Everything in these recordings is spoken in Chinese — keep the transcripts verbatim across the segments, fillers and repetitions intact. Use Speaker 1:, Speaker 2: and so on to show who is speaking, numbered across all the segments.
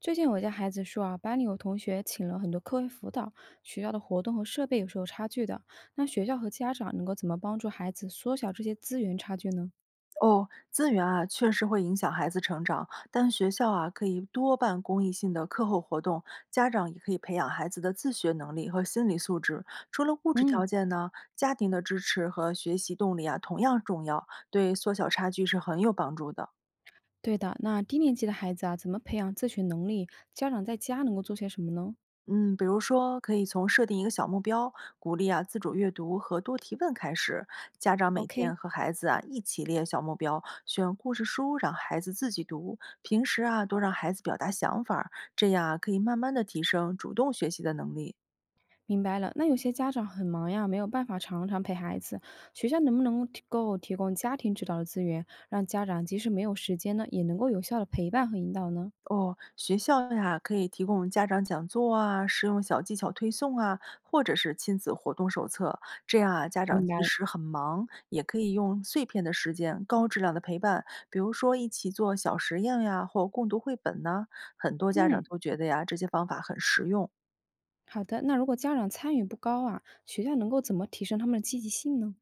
Speaker 1: 最近我家孩子说啊，班里有同学请了很多课外辅导，学校的活动和设备有是有差距的。那学校和家长能够怎么帮助孩子缩小这些资源差距呢？
Speaker 2: 哦，资源啊，确实会影响孩子成长，但学校啊可以多办公益性的课后活动，家长也可以培养孩子的自学能力和心理素质。除了物质
Speaker 1: 嗯，
Speaker 2: 条件呢，家庭的支持和学习动力啊同样重要，对缩小差距是很有帮助的。
Speaker 1: 对的，那低年级的孩子啊，怎么培养自学能力？家长在家能够做些什么呢
Speaker 2: 嗯，比如说，可以从设定一个小目标，鼓励啊自主阅读和多提问开始。家长每
Speaker 1: ？OK，
Speaker 2: 天和孩子啊一起列小目标，选故事书让孩子自己读。平时啊多让孩子表达想法儿，这样啊可以慢慢的提升主动学习的能力。
Speaker 1: 明白了。那有些家长很忙呀，没有办法常常陪孩子，学校能不能提够提供家庭指导的资源，让家长即使没有时间呢，也能够有效的陪伴和引导呢？
Speaker 2: 哦，学校呀，可以提供家长讲座啊、实用小技巧推送啊，或者是亲子活动手册。这样啊，家长
Speaker 1: 明白
Speaker 2: 即
Speaker 1: 了。
Speaker 2: 使很忙，也可以用碎片的时间、高质量的陪伴，比如说一起做小实验呀，或共读绘本呐、很多家长
Speaker 1: 嗯，
Speaker 2: 都觉得呀，这些方法很实用。
Speaker 1: 好的，那如果家长参与不高啊，学校能够怎么提升他们的积极性呢？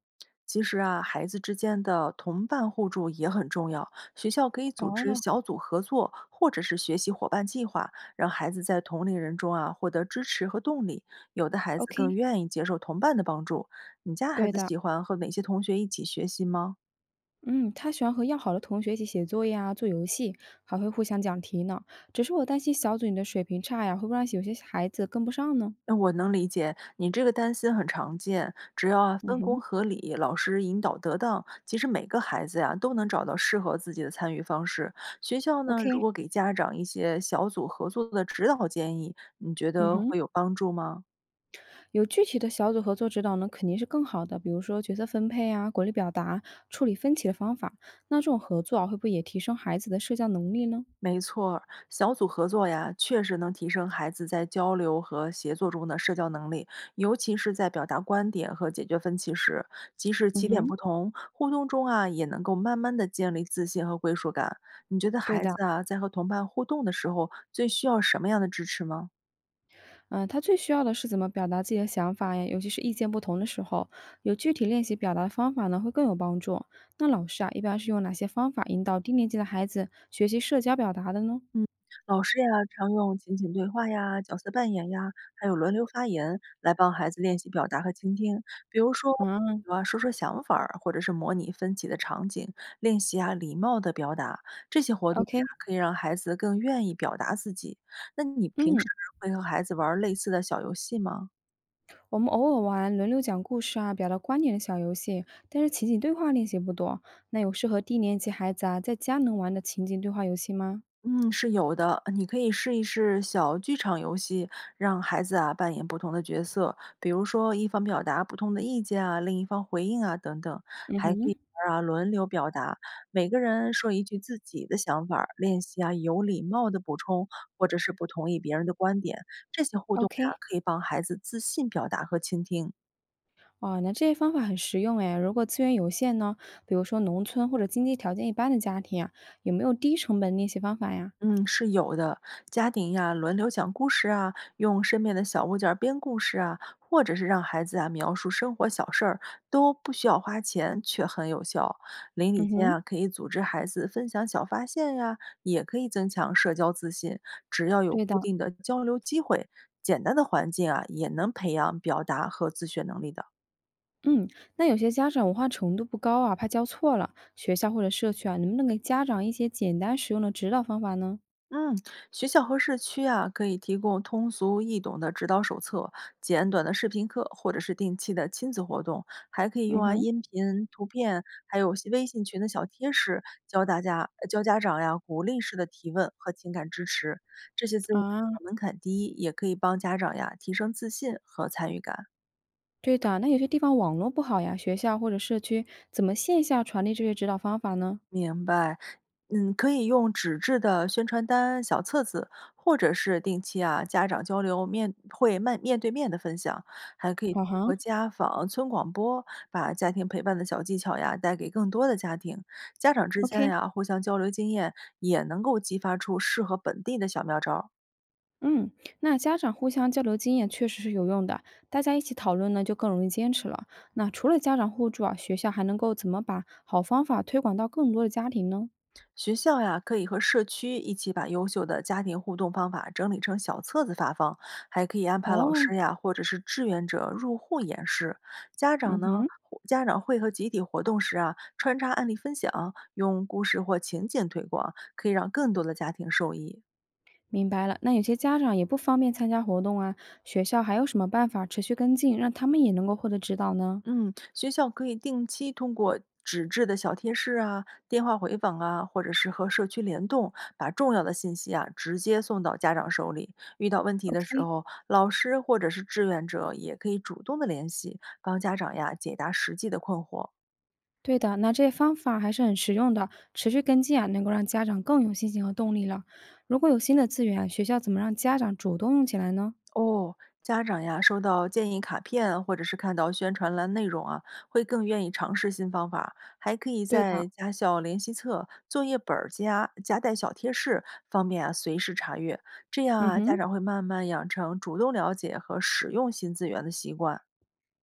Speaker 2: 其实啊，孩子之间的同伴互助也很重要。学校可以组织
Speaker 1: 哦，
Speaker 2: 小组合作，或者是学习伙伴计划，让孩子在同龄人中啊获得支持和动力。有的孩子更
Speaker 1: ？OK，
Speaker 2: 愿意接受同伴的帮助。你家孩
Speaker 1: 对
Speaker 2: 子
Speaker 1: 的，
Speaker 2: 喜欢和哪些同学一起学习吗？
Speaker 1: 嗯，他喜欢和要好的同学一起写作业啊，做游戏，还会互相讲题呢。只是我担心小组里的水平差呀，会不会让有些孩子跟不上呢？
Speaker 2: 那我能理解，你这个担心很常见。只要啊
Speaker 1: 嗯
Speaker 2: 分
Speaker 1: 哼
Speaker 2: 工合理，老师引导得当，其实每个孩子呀都能找到适合自己的参与方式。学校呢，如
Speaker 1: ，OK，
Speaker 2: 果给家长一些小组合作的指导建议，你觉
Speaker 1: 嗯
Speaker 2: 得
Speaker 1: 哼，
Speaker 2: 会有帮助吗？
Speaker 1: 有具体的小组合作指导呢，肯定是更好的，比如说角色分配啊、鼓励表达、处理分歧的方法。那这种合作啊，会不会也提升孩子的社交能力呢？
Speaker 2: 没错儿，小组合作呀，确实能提升孩子在交流和协作中的社交能力，尤其是在表达观点和解决分歧时，即使
Speaker 1: 嗯
Speaker 2: 起点
Speaker 1: 哼，
Speaker 2: 不同，互动中啊，也能够慢慢的建立自信和归属感。你觉得
Speaker 1: 对
Speaker 2: 孩
Speaker 1: 的。
Speaker 2: 子啊，在和同伴互动的时候，最需要什么样的支持吗？
Speaker 1: 嗯，他最需要的是怎么表达自己的想法呀，尤其是意见不同的时候，有具体练习表达的方法呢，会更有帮助。那老师啊，一般是用哪些方法引导低年级的孩子学习社交表达的呢？
Speaker 2: 嗯，老师呀，常用情景对话呀、角色扮演呀，还有轮流发言来帮孩子练习表达和倾听。比如说，
Speaker 1: 啊
Speaker 2: 啊，说说想法儿，或者是模拟分歧的场景，练习啊礼貌的表达。这些活动呀，
Speaker 1: ，OK，
Speaker 2: 可以让孩子更愿意表达自己。那你平时
Speaker 1: 嗯，
Speaker 2: 会和孩子玩儿类似的小游戏吗？
Speaker 1: 我们偶尔玩轮流讲故事啊，表达观点的小游戏，但是情景对话练习不多。那有适合低年级孩子啊在家能玩的情景对话游戏吗？
Speaker 2: 嗯，是有的，你可以试一试小剧场游戏，让孩子啊扮演不同的角色，比如说一方表达不同的意见啊，另一方回应啊等等，
Speaker 1: 嗯
Speaker 2: 还可以
Speaker 1: 哼
Speaker 2: 玩儿啊轮流表达，每个人说一句自己的想法儿，练习啊有礼貌的补充或者是不同意别人的观点，这些互动呀、
Speaker 1: ，OK。
Speaker 2: 可以帮孩子自信表达和倾听。
Speaker 1: 哦，那这些方法很实用诶，如果资源有限呢，比如说农村或者经济条件一般的家庭啊，有没有低成本练习方法呀？
Speaker 2: 嗯，是有的。家庭呀，轮流讲故事啊，用身边的小物件儿编故事啊，或者是让孩子啊描述生活小事儿，都不需要花钱，却很有效。邻里
Speaker 1: 嗯
Speaker 2: 间
Speaker 1: 哼，
Speaker 2: 啊，可以组织孩子分享小发现呀，也可以增强社交自信。只要有
Speaker 1: 对的，
Speaker 2: 固定的交流机会，简单的环境啊，也能培养表达和自学能力的。
Speaker 1: 嗯，那有些家长文化程度不高啊，怕教错了，学校或者社区啊，能不能给家长一些简单实用的指导方法呢？
Speaker 2: 嗯，学校和社区啊，可以提供通俗易懂的指导手册、简短的视频课，或者是定期的亲子活动，还可以用
Speaker 1: 嗯
Speaker 2: 啊
Speaker 1: 哼，
Speaker 2: 音频、图片，还有些微信群的小贴士，教大家、教家长呀鼓励式的提问和情感支持。这些资源
Speaker 1: 啊，
Speaker 2: 门槛低，也可以帮家长呀提升自信和参与感。
Speaker 1: 对的，那有些地方网络不好呀，学校或者社区怎么线下传递这些指导方法呢？
Speaker 2: 明白，嗯，可以用纸质的宣传单、小册子，或者是定期啊家长交流面会面面对面的分享，还可以
Speaker 1: 啊
Speaker 2: 通
Speaker 1: 哈
Speaker 2: 过家访、村广播，把家庭陪伴的小技巧呀带给更多的家庭。家长之间
Speaker 1: ，OK。
Speaker 2: 呀互相交流经验，也能够激发出适合本地的小妙招儿。
Speaker 1: 嗯，那家长互相交流经验确实是有用的，大家一起讨论呢，就更容易坚持了。那除了家长互助啊，学校还能够怎么把好方法推广到更多的家庭呢？
Speaker 2: 学校呀，可以和社区一起把优秀的家庭互动方法整理成小册子发放，还可以安排老
Speaker 1: 哦，
Speaker 2: 师呀，或者是志愿者入户演示。家长
Speaker 1: 嗯
Speaker 2: 呢，
Speaker 1: 哼，
Speaker 2: 或家长会和集体活动时啊，穿插案例分享，用故事或情景推广，可以让更多的家庭受益。
Speaker 1: 明白了。那有些家长也不方便参加活动啊，学校还有什么办法持续跟进，让他们也能够获得指导呢
Speaker 2: 嗯，学校可以定期通过纸质的小贴士啊、电话回访啊，或者是和社区联动，把重要的信息啊直接送到家长手里。遇到问题的时
Speaker 1: ？OK，
Speaker 2: 候，老师或者是志愿者也可以主动的联系，帮家长呀解答实际的困惑。
Speaker 1: 对的，那这些方法还是很实用的，持续跟进啊，能够让家长更有信心和动力了。如果有新的资源啊学校怎么让家长主动用起来呢？
Speaker 2: 哦，家长呀，收到建议卡片或者是看到宣传栏内容啊，会更愿意尝试新方法。还可以
Speaker 1: 对的，
Speaker 2: 在家校联系册、作业本儿夹夹带小贴士，方便啊随时查阅。这样
Speaker 1: 嗯
Speaker 2: 啊，家
Speaker 1: 哼。
Speaker 2: 长会慢慢养成主动了解和使用新资源的习惯。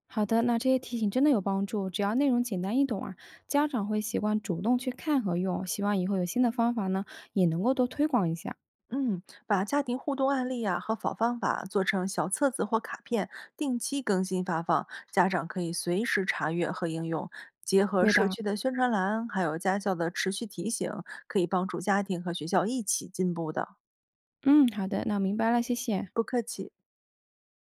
Speaker 1: 好的，那这些提醒真的有帮助，只要内容简单易懂啊，家长会习惯主动去看和用。希望以后有新的方法呢，也能够多推广一下。
Speaker 2: 嗯，把家庭互动案例呀、和好方法做成小册子或卡片，定期更新发放，家长可以随时查阅和应用。结合
Speaker 1: 对
Speaker 2: 社
Speaker 1: 的，
Speaker 2: 区的宣传栏，还有家校的持续提醒，可以帮助家庭和学校一起进步的。
Speaker 1: 嗯，好的，那明白了，谢谢。
Speaker 2: 不客气。